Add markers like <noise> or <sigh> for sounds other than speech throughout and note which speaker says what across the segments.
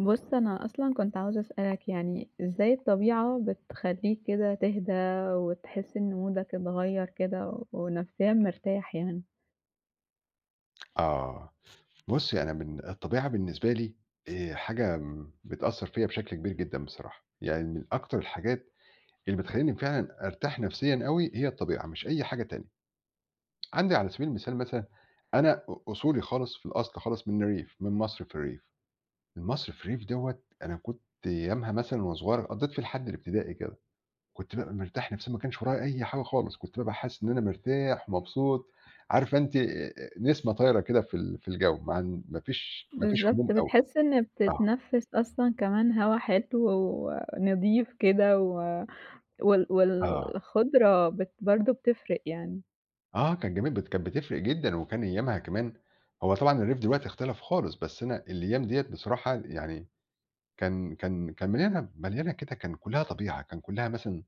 Speaker 1: بُص، أنا أصلًا كنت عاوزة أسألك يعني إزاي الطبيعة بتخلّيك كده تهدى وتحس إن مودك اتغيّر كده ونفسيًا مرتاح يعني؟
Speaker 2: آه، بُصّي، أنا من الطبيعة بالنسبة لي حاجة م بتأثّر فيّا بشكل كبير جدًا بصراحة. يعني من أكتر الحاجات اللي بتخلّيني فعلًا أرتاح نفسيًا أوي هي الطبيعة، مش أي حاجة تانية. عندي على سبيل المثال مثلًا أنا أصولي خالص، في الأصل خالص من الريف، من مصر في الريف. المصر في الريف دوّة أنا كنت أيامها مثلًا وأنا صغير قضّيت فيه لحد الابتدائي كده. كنت بابقى مرتاح نفسيًا، ما كانش ورايا أي حاجة خالص، كنت بابقى حاسس إن أنا مرتاح ومبسوط. عارفة أنتِ نسمة طايرة كده في الجو، مع إن ما فيش هموم
Speaker 1: بالضبط،
Speaker 2: أوي.
Speaker 1: بتحس إن
Speaker 2: آه،
Speaker 1: بتتنفّس أصلًا كمان هوا حلو ونضيف كده و وال
Speaker 2: آه،
Speaker 1: والخضرة برضه بتفرق يعني.
Speaker 2: آه، كان جميل، كانت بتفرق جدًا، وكان أيامها كمان، هو طبعًا الريف دلوقتي اختلف خالص، بس أنا الأيام ديّة بصراحة يعني كان مليانة كده، كان كلّها طبيعة، كان كلّها مثلًا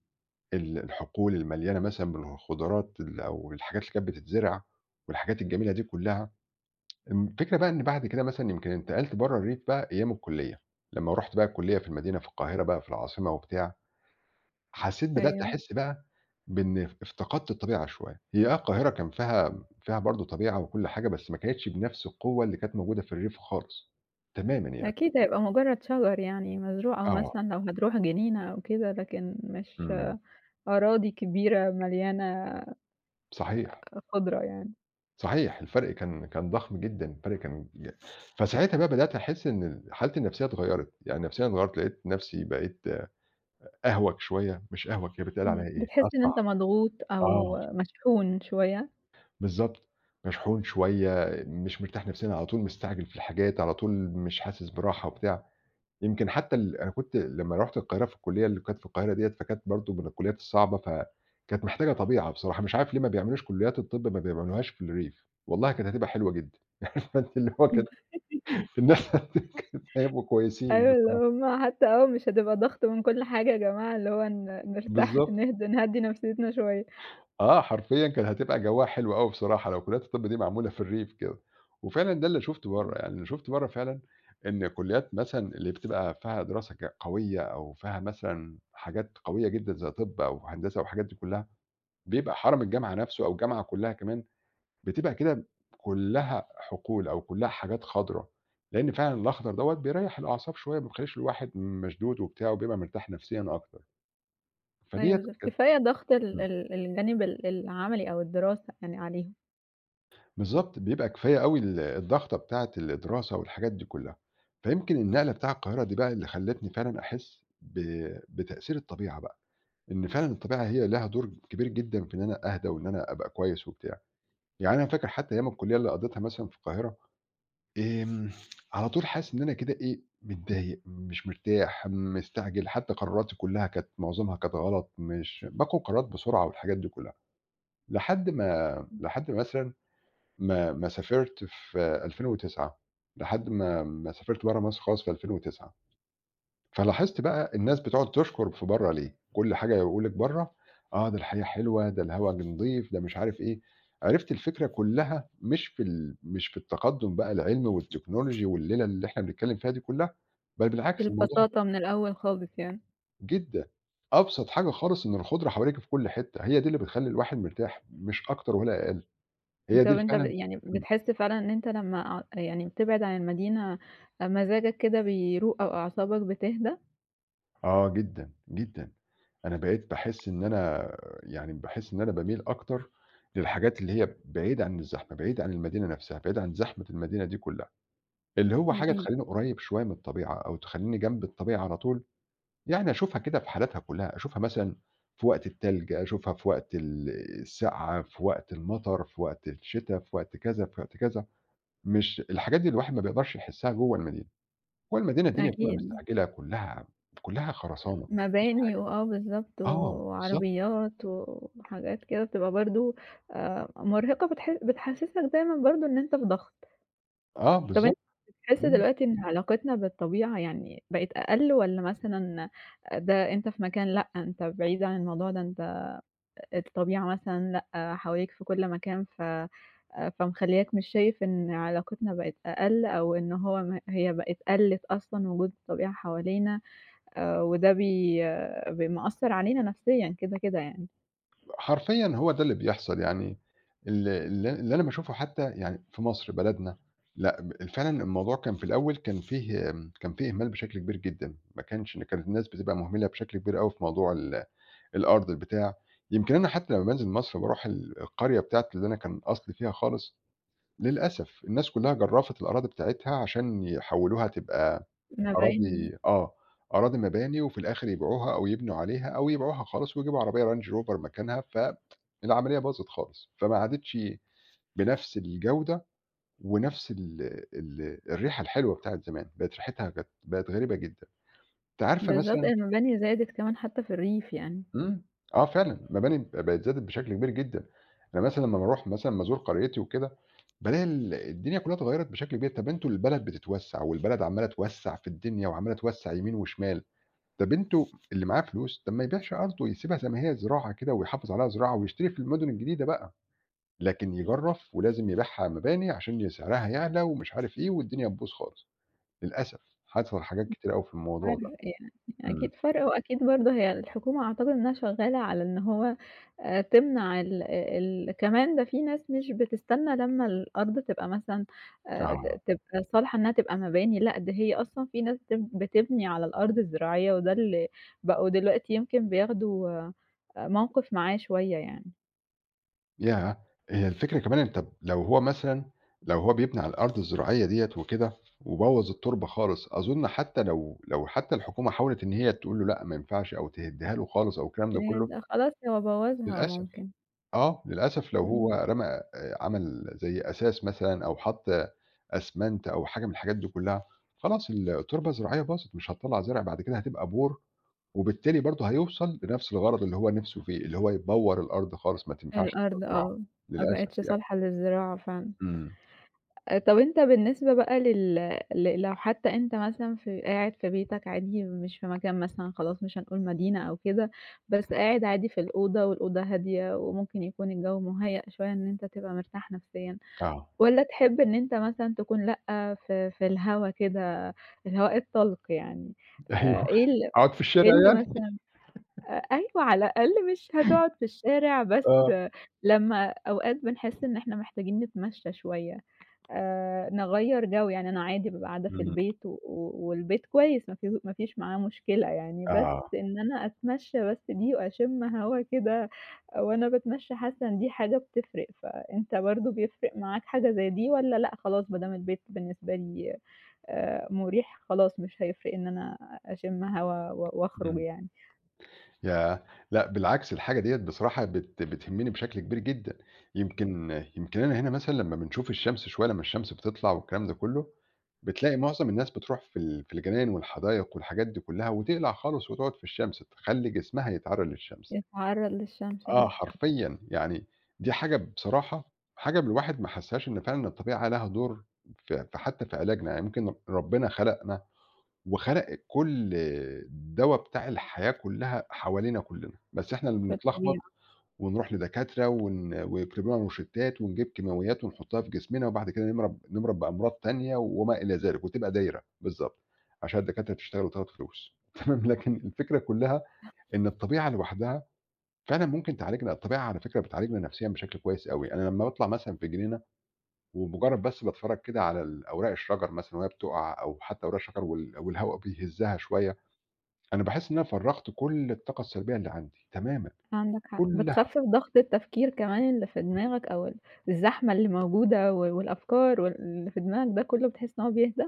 Speaker 2: الحقول المليانة مثلًا بالخضروات، أو الحاجات اللي كانت بتتزرع والحاجات الجميلة دي كلّها. الفكرة بقى إن بعد كده مثلًا يمكن انتقلت برّه الريف بقى أيام الكلية، لمّا رُحت بقى الكلية في المدينة في القاهرة بقى في العاصمة وبتاع، حسيت، بدأت
Speaker 1: أيوه.
Speaker 2: أحس بقى بإن افتقدت الطبيعة شوية. هي آه القاهرة كان فيها برضه طبيعة وكل حاجة، بس ما كانتش بنفس القوة اللي كانت موجودة في الريف خالص، تمامًا يعني.
Speaker 1: أكيد هيبقى مجرّد شجر يعني مزروع أو
Speaker 2: آه،
Speaker 1: مثلًا لو هتروح جنينة أو كده، لكن مش
Speaker 2: إمم،
Speaker 1: أراضي كبيرة مليانة
Speaker 2: صحيح،
Speaker 1: خضرة يعني.
Speaker 2: صحيح، الفرق كان ضخم جدًا. الفرق كان فساعتها بقى بدأت أحس إن حالتي النفسية اتغيّرت، يعني نفسيًا اتغيّرت. لقيت نفسي بقيت أهوج شوية، مش أهوج، هي بيتقال عليها إيه،
Speaker 1: بتحس إن أنت
Speaker 2: أسرع.
Speaker 1: مضغوط
Speaker 2: آه،
Speaker 1: أو مشحون شوية؟
Speaker 2: بالضبط، مشحون شوية، مش مرتاح نفسيًا، على طول مستعجل في الحاجات، على طول مش حاسس براحة وبتاع. يمكن حتى أنا كنت لمّا رُحت القاهرة في الكلية اللي كانت في القاهرة ديّة، فكانت برضه من الكليات الصعبة، فكانت محتاجة طبيعة بصراحة. مش عارف ليه ما بيعملوش كليات الطِب، ما بيعملوهاش في الريف، والله كانت هتبقى حلوة جدًا. <laughs> عارفة أنتِ اللي هو
Speaker 1: إمم.
Speaker 2: كانت الناس <laughs> هيبقوا كويسين
Speaker 1: أيوه، اللي
Speaker 2: بصراحة.
Speaker 1: هم حتى مش هتبقى ضغط من كل حاجة يا جماعة، اللي هو نرتاح <laughs>
Speaker 2: بالضبط.
Speaker 1: نهدّي نفسيتنا شوية.
Speaker 2: آه، حرفيًا كانت هتبقى جوّها حلو أوي بصراحة لو كليات الطب دي معمولة في الريف كده. وفعلًا ده اللي شُفته برّه، يعني اللي شُفته برّه فعلًا إن كليات مثلًا اللي بتبقى فيها دراسة قوية، أو فيها مثلًا حاجات قوية جدًا زي طب أو هندسة والحاجات دي كلّها، بيبقى حرم الجامعة نَفْسه أو الجامعة كلّها كمان بتبقى كده كلّها حقول أو كلّها حاجات خضرا، لإن فعلًا الأخضر دوّة بيريّح الأعصاب شوية، ما بيخلّيش الواحد مشدود وبتاع، وبيبقى مرتاح نفسيًا أكتر.
Speaker 1: أيوه،
Speaker 2: فديّة
Speaker 1: بالضبط،
Speaker 2: كانت،
Speaker 1: كفاية ضغط ال
Speaker 2: إمم.
Speaker 1: ال الجانب العملي أو الدراسة يعني عليهم.
Speaker 2: بالضبط، بيبقى كفاية أوي الضغطة بتاعة الدراسة والحاجات دي كلّها. فيمكن النقلة بتاع القاهرة دي بقى اللي خلّتني فعلًا أحس بتأثير الطبيعة بقى، إن فعلًا الطبيعة هي لها دور كبير جدًا في إن أنا أهدى وإن أنا أبقى كويس وبتاع. يعني أنا فاكر حتى أيام الكلية اللي قضيتها مثلًا في القاهرة، آمم، على طول حاسس إن أنا كده إيه، متضايق، مش مرتاح، مستعجل، حتى قراراتي كلّها كانت، معظمها كانت غلط، مش باخد قرارات بسرعة والحاجات دي كلّها، لحد ما مثلًا ما سافرت في 2009، لحد ما سافرت برّه مصر خالص في 2009. فلاحظت بقى الناس بتقعد تشكر في برّه ليه، كل حاجة يقول لِك برّه، آه، ده الحياة حلوة، ده الهوا نضيف، ده مش عارف إيه. عرفت الفكرة كلّها مش في التقدُّم بقى العلمي والتكنولوجي والليلة اللي إحنا بنتكلّم فيها دي كلّها، بل بالعكس الموضوع
Speaker 1: البساطة من الأول خالص يعني.
Speaker 2: جدًا، أبسط حاجة خالص إن الخُضرة حواليكِ في كل حتّة، هي دي اللي بتخلّي الواحد مرتاح، مش أكتر ولا أقل، هي دي
Speaker 1: طب
Speaker 2: اللي
Speaker 1: أنت
Speaker 2: فعلًا،
Speaker 1: يعني بتحس فعلًا إن أنت لمّا يعني بتبعد عن المدينة مزاجك كده بيروق أو أعصابك بتهدى؟
Speaker 2: آه جدًا، جدًا. أنا بقيت باحس إن أنا، يعني باحس إن أنا باميل أكتر للحاجات اللي هي بعيدة عن الزحمة، بعيدة عن المدينة نفسها، بعيدة عن زحمة المدينة دي كلّها، اللي هو حاجة
Speaker 1: أكيد،
Speaker 2: تخلّيني قريّب شوية من الطبيعة أو تخلّيني جنب الطبيعة على طول. يعني أشوفها كده في حالاتها كلّها، أشوفها مثلًا في وقت التلج، أشوفها في وقت السقعة، في وقت المطر، في وقت الشتا، في وقت كذا، في وقت كذا. مش الحاجات دي الواحد ما بيقدرش يحسّها جوّه المدينة. جوّه المدينة الدنيا بتبقى
Speaker 1: أكيد.
Speaker 2: مستعجلة كلّها، كلّها خرسانة.
Speaker 1: مباني وآه بالضبط،
Speaker 2: آه، بالضبط،
Speaker 1: وعربيات وحاجات كده بتبقى برضه مرهقة، بتحسسك دايمًا برضه إن أنت في ضغط.
Speaker 2: آه،
Speaker 1: طَب
Speaker 2: بالضبط،
Speaker 1: أنت بتحس
Speaker 2: إمم،
Speaker 1: دلوقتي إن علاقتنا بالطبيعة يعني بقت أقل والّا مثلًا ده أنت في مكان لأ، أنت بعيد عن الموضوع ده، أنت الطبيعة مثلًا لأ، حواليك في كل مكان ف فمخلّياك مش شايف إن علاقتنا بقت أقل أو إن هو م هي بقت قلِّت أصلًا وجود الطبيعة حوالينا؟ وده بي بي مأثّر علينا نفسيًا كده، كده يعني.
Speaker 2: حرفيًا هو ده اللي بيحصل يعني ال ال اللي أنا باشوفه حتى يعني في مصر بلدنا. لأ، فعلًا الموضوع كان في الأول، كان فيه كان فيه إهمال بشكل كبير جدًا، ما كانش، كانت الناس بتبقى مهملة بشكل كبير أوي في موضوع الأرض البتاع. يمكن أنا حتى لمّا بانزل مصر باروح القرية بتاعتي اللي أنا كان أصلي فيها خالص، للأسف الناس كلها جرّفت الأراضي بتاعتها عشان يحوّلوها تبقى
Speaker 1: مباني.
Speaker 2: أراضي، آه، أراضي مباني، وفي الآخر يبيعوها أو يبنوا عليها أو يبيعوها خالص ويجيبوا عربية رانج روفر مكانها. فالعملية باظت خالص، فما عادتش بنفس الجودة ونفس ال ال الريحة الحلوة بتاعة زمان، بقت ريحتها كانت، بقت غريبة جدًا. أنتِ عارفة
Speaker 1: بالضبط،
Speaker 2: مثلًا،
Speaker 1: المباني زادت كمان حتى في الريف يعني.
Speaker 2: إمم، آه فعلًا، مباني بقت زادت بشكل كبير جدًا. أنا مثلًا لمّا باروح مثلًا بازور قريتي وكده، بالاقي الدنيا كلها اتغيّرت بشكل كبير. طَب أنتم البلد بتتوسّع، والبلد عمّالة توسّع في الدنيا وعمّالة توسّع يمين وشمال. ده بنته اللي معاه فلوس، طب ما يبيعش أرضه، يسيبها زي ما هي زراعة كده ويحافظ عليها زراعة ويشتري في المدن الجديدة بقى، لكن يجرّف ولازم يبيعها مباني عشان سعرها يعلى ومش عارف إيه والدنيا تبوظ خالص. للأسف حصل حاجات كتيرة أوي في الموضوع
Speaker 1: فرق
Speaker 2: ده.
Speaker 1: يعني.
Speaker 2: إمم،
Speaker 1: أكيد فرق، وأكيد برضه هي الحكومة أعتقد إنها شغّالة على إن هو تمنع ال ال كمان ده في ناس مش بتستنى لمّا الأرض تبقى مثلًا ت
Speaker 2: آه،
Speaker 1: تبقى صالحة إنها تبقى مباني، لأ ده هي أصلًا في ناس بتبني على الأرض الزراعية، وده اللي بقوا دلوقتي يمكن بياخدوا موقِف معاه شوية يعني.
Speaker 2: ياه! هي الفكرة كمان أنت لو هو مثلًا، لو هو بيبني على الأرض الزراعية ديّة وكده وبوّظ التربة خالص، أظن حتى لو حتى الحكومة حاولت إن هي تقول له لأ ما ينفعش، أو تهدّيها له خالص أو الكلام ده كله،
Speaker 1: بجد خلاص هو بوّظها
Speaker 2: للأسف.
Speaker 1: ممكن.
Speaker 2: آه، للأسف لو هو
Speaker 1: إمم،
Speaker 2: رمى عمل زي أساس مثلًا أو حَط أسمنت أو حاجة من الحاجات دي كلّها، خلاص التربة الزراعية باظت، مش هتطلّع زرع، بعد كده هتبقى بور، وبالتالي برضه هيوصل لنفس الغرض اللي هو نِفْسه فيه، اللي هو يبوّر الأرض خالص ما تنفعش تبقى
Speaker 1: الأرض،
Speaker 2: زراعة،
Speaker 1: آه، ما
Speaker 2: للأسف
Speaker 1: بقتش
Speaker 2: يعني.
Speaker 1: صالحة للزراعة فعلًا.
Speaker 2: إمم،
Speaker 1: طب أنت بالنسبة بقى لل ل لو حتى أنت مثلًا في قاعد في بيتك عادي مش في مكان مثلًا خلاص مش هنقول مدينة أو كده، بس قاعد عادي في الأوضة والأوضة هادية وممكن يكون الجو مُهيأ شوية إن أنت تبقى مرتاح نفسيًا،
Speaker 2: آه،
Speaker 1: والّا تحب إن أنت مثلًا تكون لأ، في الهوا كده، الهواء الطلق يعني.
Speaker 2: <laughs>
Speaker 1: آآ،
Speaker 2: أيوه،
Speaker 1: إيه ال
Speaker 2: أقعد في الشارع
Speaker 1: إيه اللي
Speaker 2: يعني؟
Speaker 1: مثلًا، أيوه على الأقل مش هتقعد في الشارع بس
Speaker 2: آه،
Speaker 1: لمّا أوقات بنحس إن إحنا محتاجين نتمشى شوية، نغيّر جو. يعني أنا عادي بابقى قاعدة في
Speaker 2: إمم،
Speaker 1: البيت و و والبيت كويس، ما فيش معاه مشكلة يعني، بس
Speaker 2: آه،
Speaker 1: إن أنا أتمشى بس دي وأشم هوا كده وأنا باتمشى حاسة إن دي حاجة بتفرق، فأنت برضه بيفرق معاك حاجة زي دي والّا لأ، خلاص ما دام البيت بالنسبة لي مُريح، خلاص مش هيفرق إن أنا أشم هوا وأخرج
Speaker 2: إمم.
Speaker 1: يعني؟
Speaker 2: ياه! لأ بالعكس الحاجة ديّة بصراحة بتهمني بشكل كبير جدًا. يمكن أنا هنا مثلًا لمّا بنشوف الشمس شوية، لمّا الشمس بتطلع والكلام ده كلّه، بتلاقي معظم الناس بتروح في في الجناين والحدايق والحاجات دي كلّها وتقلع خالص وتقعد في الشمس، تخلّي جسمها يتعرّي للشمس.
Speaker 1: يتعرّض للشمس،
Speaker 2: آه
Speaker 1: صح.
Speaker 2: حرفيًا، يعني دي حاجة بصراحة، حاجة الواحد ما حسّاهاش، إن فعلًا الطبيعة لها دور في حتى في علاجنا. يعني ممكن ربنا خلقنا وخَلَقِت كل الدوا بتاع الحياة كلّها حوالينا كلّنا، بس إحنا اللي
Speaker 1: في
Speaker 2: بنتلخبط
Speaker 1: الطبيعة.
Speaker 2: ونروح لدكاترة ويكتبوا لنا روشتّات ونجيب كيماويات ونحطّها في جسمنا وبعد كده نمرض بأمراض تانية وما إلى ذلك، وتبقى دايرة بالضبط، عشان الدكاترة تشتغل وتاخد فلوس. <laughs> تمام. لكن الفكرة كلّها إن الطبيعة لوحدها فعلًا ممكن تعالجنا. الطبيعة على فكرة بتعالجنا نفسيًا بشكل كويس أوي. أنا لمّا باطلع مثلًا في الجنينة ومجرّد بس باتفرّج كده على أوراق الشجر مثلًا وهي بتُقع، أو حتى أوراق الشجر والهوا بيهزّها شوية، أنا باحس إن أنا فرّغت كل الطاقة السلبية اللي عندي، تمامًا،
Speaker 1: عندك حق،
Speaker 2: كلها
Speaker 1: بتخفِّف ضغط التفكير كمان اللي في دماغك، أو الزحمة اللي موجودة والأفكار، واللي في دماغك ده كلّه بتحس إن هو بيهدى؟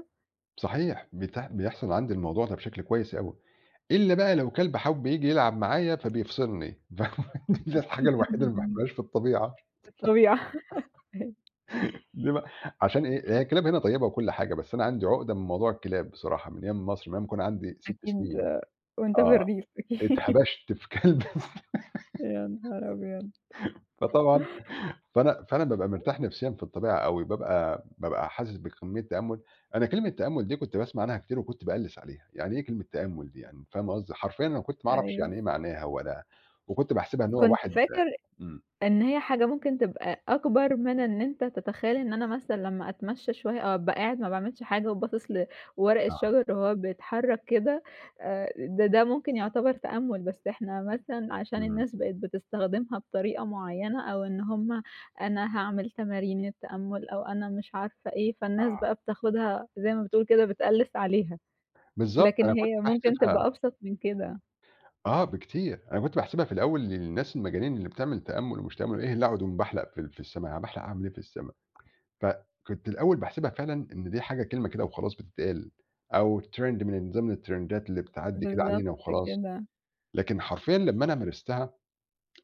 Speaker 2: صحيح. بيحصل عندي الموضوع ده بشكل كويس أوي، إلا بقى لو كلب حَوّ ييجي يلعب معايا فبيفصلني. <laughs> فاهم؟ دي الحاجة الوحيدة اللي ما باحبهاش في
Speaker 1: <laughs>
Speaker 2: الطبيعة.
Speaker 1: في الطبيعة،
Speaker 2: ليه بقى؟ عشان إيه، هي الكلاب هنا طيبة وكل حاجة، بس أنا عندي عقدة من موضوع الكلاب بصراحة من أيام مصر، من أيام ما كنت عندي 6
Speaker 1: أكيد.
Speaker 2: سنين،
Speaker 1: وأنت في
Speaker 2: آه،
Speaker 1: الريف، أكيد.
Speaker 2: اتهَبَشت في كلب. <laughs>
Speaker 1: <laughs> يا نهار أبيض!
Speaker 2: فطبعًا فأنا بابقى مرتاح نفسيًا في الطبيعة أوي، بابقى حاسس بكمية تأمُّل. أنا كلمة تأمُّل دي كنت باسمع عنها كتير وكنت باقلِّس عليها، يعني إيه كلمة تأمُّل دي يعني؟ فاهمة قصدي؟ حرفيًا أنا كنت ما أعرفش
Speaker 1: أيوه،
Speaker 2: يعني إيه معناها ولا، وكنت باحسبها إن هو
Speaker 1: كنت
Speaker 2: واحد،
Speaker 1: فاكر
Speaker 2: إمم،
Speaker 1: إن هي حاجة ممكن تبقى أكبر من إن أنت تتخيل إن أنا مثلًا لمّا أتمشى شوية أو أبقى قاعد ما باعملش حاجة وباصص لورق
Speaker 2: آه،
Speaker 1: الشجر وهو بيتحرك كده. ده ممكن يعتبر تأمُّل، بس إحنا مثلًا عشان
Speaker 2: إمم،
Speaker 1: الناس بقت بتستخدمها بطريقة معيّنة، أو إن هم أنا هاعمل تمارين التأمُّل أو أنا مش عارفة إيه، فالناس بقى بتاخدها زي ما بتقول كده، بتقلِّس عليها،
Speaker 2: بالضبط،
Speaker 1: لكن
Speaker 2: أنا كنت
Speaker 1: هي ممكن
Speaker 2: باحسبها،
Speaker 1: تبقى أبسط من كده.
Speaker 2: آه بكتير، أنا كنت باحسبها في الأول للناس المجانين اللي بتعمل تأمُّل ومش تأمُّل، إيه اللي أقعد أقوم باحلق في السما، باحلق أعمل إيه في السما؟ فكنت الأول باحسبها فعلًا إن دي حاجة، كلمة كده وخلاص بتتقال، أو trend من ضمن الترندات اللي بتعدّي كده
Speaker 1: بالضبط
Speaker 2: علينا وخلاص.
Speaker 1: كده.
Speaker 2: لكن حرفيًا لمّا أنا مارستها،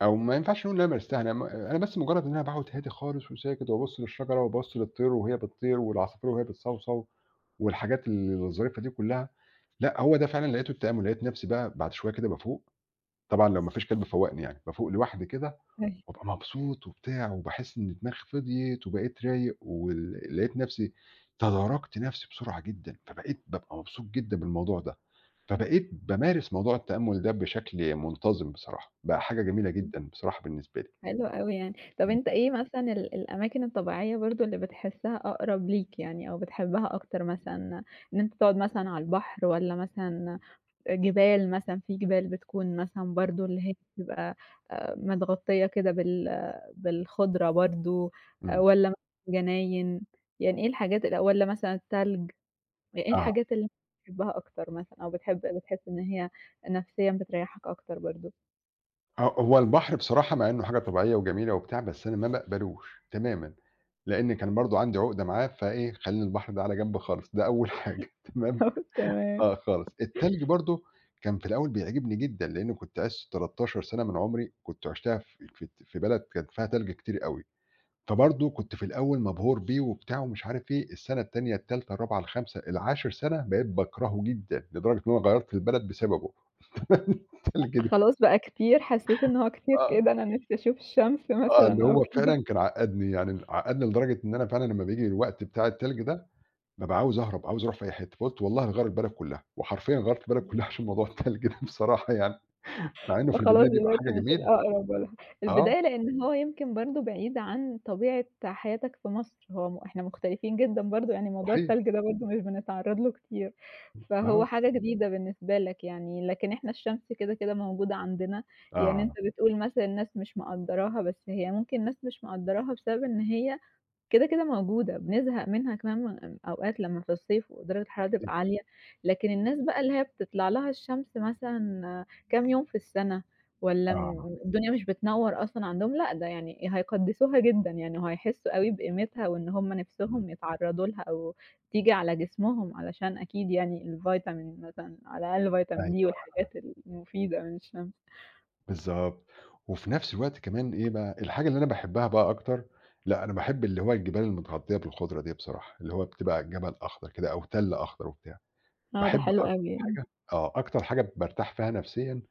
Speaker 2: أو ما ينفعش نقول إن أنا مارستها، أنا أنا بس مجرّد إن أنا باقعد هادي خالص وساكت وابُص للشجرة وابُص للطير وهي بتطير والعصافير وهي بتصَوصَو والحاجات الظريفة دي كلّها، لأ هو ده فعلًا لقيته التأمُّل. لقيت نَفْسي بقى بعد شوية كده بافوق، طبعًا لو ما فيش كلب فوّقني يعني، بافوق لوحدي كده وابقى
Speaker 1: أيوه.
Speaker 2: مبسوط وبتاع، وباحس إن دماغي فضيت وبقيت رايق، لقيت نفسي، تداركت نفسي بسرعة جدًا. فبقيت بابقى مبسوط جدًا بالموضوع ده، فبقيت بامارس موضوع التأمُّل ده بشكل منتظم بصراحة، بقى حاجة جميلة جدًا بصراحة بالنسبة لي.
Speaker 1: حلو أوي يعني. طَب
Speaker 2: إمم،
Speaker 1: أنت إيه مثلًا الأماكن الطبيعية برضه اللي بتحسّها أقرب ليك يعني أو بتحبها أكتر مثلًا، إن أنت تقعد مثلًا على البحر، والّا مثلًا جبال مثلًا، في جبال بتكون مثلًا برضه اللي هي بتبقى متغطية كده بالخضرة برضه،
Speaker 2: إمم،
Speaker 1: والّا مثلًا جناين. يعني إيه الحاجات والّا مثلًا التلج. يعني إيه
Speaker 2: آه،
Speaker 1: الحاجات اللي بتحبها أكتر مثلًا، أو بتحس إن هي نفسيًا بتريّحك أكتر برضه؟
Speaker 2: آه، هو البحر بصراحة مع إنه حاجة طبيعية وجميلة وبتاع، بس أنا ما باقبلوش تمامًا، لإن كان برضه عندي عقدة معاه، فإيه خلّينا البحر ده على جنب خالص، ده أول حاجة. <laughs>
Speaker 1: <laughs>
Speaker 2: تمام.
Speaker 1: طَب تمام.
Speaker 2: آه خالص. التلج برضه كان في الأول بيعجبني جدًا، لإنّي كنت عِشت 13 سَنة من عُمري، كنت عِشتها في بلد كان فيها تلج كتير أوي. فبرضه كنت في الأول مبهور بيه وبتاع ومش عارف إيه، السَنة التانية، التالتة، الرابعة، الخامسة، ال10 سَنة بقيت باكرهه جدًا، لدرجة إن أنا غيّرت البلد بسببه. <laughs> التلج ده
Speaker 1: خلاص، بقى كتير، حسّيت إن هو كتير
Speaker 2: آه،
Speaker 1: كده، أنا نِفْسي أشوف الشمس
Speaker 2: آه، اللي
Speaker 1: مثلًا أو
Speaker 2: هو
Speaker 1: كده.
Speaker 2: فعلًا
Speaker 1: <laughs>
Speaker 2: كان عقّدني، يعني عقّدني لدرجة إن أنا فعلًا لمّا بييجي الوقت بتاع التلج ده، بابقى عاوز أهرب، عاوز أروح في أي حتّة، فقُلت والله هاغيّر البلد كُلّها، وحرفيًا غيّرت البلد كُلّها عشان موضوع التلج ده بصراحة يعني. مع إنه في
Speaker 1: فخلاص
Speaker 2: البداية بيبقى
Speaker 1: دلوقتي
Speaker 2: حاجة
Speaker 1: مش
Speaker 2: جميلة.
Speaker 1: الأقرب، ولا
Speaker 2: آه،
Speaker 1: البداية، لإن هو يمكن برضه بعيد عن طبيعة حياتك في مصر. هو م إحنا مختلفين جدًا برضه، يعني موضوع
Speaker 2: صحيح،
Speaker 1: التلج ده برضه مش بنتعرّض له كتير، فهو
Speaker 2: آه،
Speaker 1: حاجة جديدة بالنسبة لك يعني، لكن إحنا الشمس كده، كده موجودة عندنا. يعني
Speaker 2: آه،
Speaker 1: أنت بتقول مثلًا الناس مش مقدّراها، بس هي ممكن الناس مش مقدّراها بسبب إن هي كده، كده موجودة، بنزهق منها كمان أوقات لمّا في الصيف ودرجة الحرارة
Speaker 2: صحيح،
Speaker 1: تبقى عالية. لكن الناس بقى اللي هي بتطلع لها الشمس مثلًا كام يوم في السَنة، والّا
Speaker 2: آه،
Speaker 1: الدنيا مش بتنوّر أصلًا عندهم، لأ ده يعني هيقدّسوها جدًا، يعني وهيحسّوا أوي بقيمتها، وإن هم
Speaker 2: إمم،
Speaker 1: نِفْسهم يتعرّضوا لها أو تيجي على جسمهم، علشان أكيد يعني الفيتامين، مثلًا على الأقل
Speaker 2: أيوه،
Speaker 1: فيتامين D
Speaker 2: أيوه.
Speaker 1: والحاجات المفيدة من الشمس.
Speaker 2: بالضبط. وفي نفس الوقت كمان إيه بقى، الحاجة اللي أنا باحبها بقى أكتر، لأ أنا باحب اللي هو الجبال المتغطية بالخضرة دي بصراحة، اللي هو بتبقى جبل أخضر كده أو تَل أخضر وبتاع،
Speaker 1: آه، ده
Speaker 2: باحب
Speaker 1: حلو
Speaker 2: أكتر
Speaker 1: أوي يعني.
Speaker 2: حاجة، آه، أكتر حاجة بارتاح فيها نفسيًا،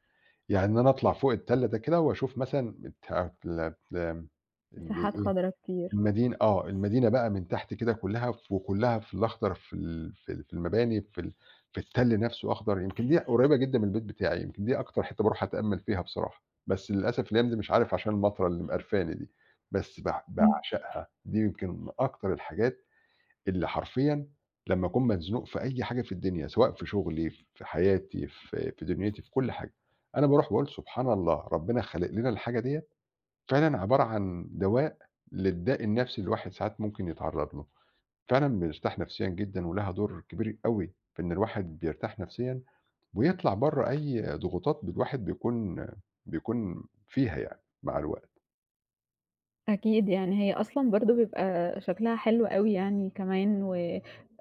Speaker 2: يعني إن أنا أطلع فوق التَل ده كده وأشوف مثلًا بتاعة ال ال اللي
Speaker 1: مساحات
Speaker 2: إيه،
Speaker 1: خضرا كتير.
Speaker 2: المدينة، آه، المدينة بقى من تحت كده كلّها وكلّها في الأخضر في المباني في التَل نفسه أخضر. يمكن دي قريّبة جدًا من البيت بتاعي، يمكن دي أكتر حتّة باروح أتأمّل فيها بصراحة، بس للأسف الأيام دي مش عارف عشان المطرة اللي مقرفاني دي، بس باعشقها. دي يمكن من أكتر الحاجات اللي حرفيًا لمّا أكون مزنوق في أي حاجة في الدنيا، سواء في شغلي، في حياتي، في دنيتي، في كل حاجة، أنا باروح باقول سبحان الله ربنا خالق لنا الحاجة ديّة، فعلًا عبارة عن دواء للداء النفسي الواحد ساعات ممكن يتعرّض له. فعلًا بيرتاح نفسيًا جدًا، ولها دور كبير أوي في إن الواحد بيرتاح نفسيًا ويطلع برّه أي ضغوطات الواحد بيكون فيها يعني مع الوقت.
Speaker 1: أكيد، يعني هي أصلًا برضه بيبقى شكلها حلو أوي يعني كمان،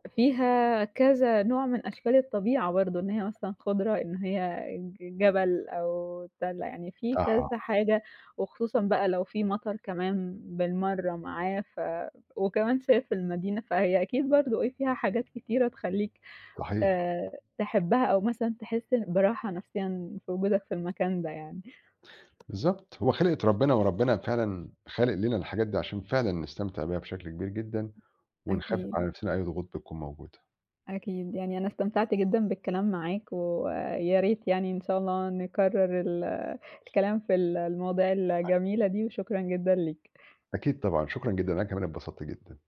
Speaker 1: وفيها كذا نوع من أشكال الطبيعة برضه، إن هي مثلًا خضرة، إن هي جبل أو تلة، يعني في
Speaker 2: آه،
Speaker 1: كذا حاجة. وخصوصًا بقى لو في مطر كمان بالمرّة معاه، وكمان شايف المدينة، فهي أكيد برضه إيه، فيها حاجات كتيرة تخلّيك
Speaker 2: صحيح،
Speaker 1: آآ، تحبها أو مثلًا تحس براحة نفسيًا في وجودك في المكان ده يعني.
Speaker 2: بالضبط، هو خلقة ربنا، وربنا فعلًا خالق لنا الحاجات دي عشان فعلًا نستمتع بيها بشكل كبير جدًا ونخفف
Speaker 1: أكيد.
Speaker 2: على نفسنا أي ضغوط بتكون موجودة.
Speaker 1: أكيد، يعني أنا استمتعت جدًا بالكلام معاك، ويا ريت يعني إن شاء الله نكرر الكلام في المواضيع الجميلة دي، وشكرًا جدًا ليك.
Speaker 2: أكيد طبعًا، شكرًا جدًا، أنا كمان اتبسطت جدًا.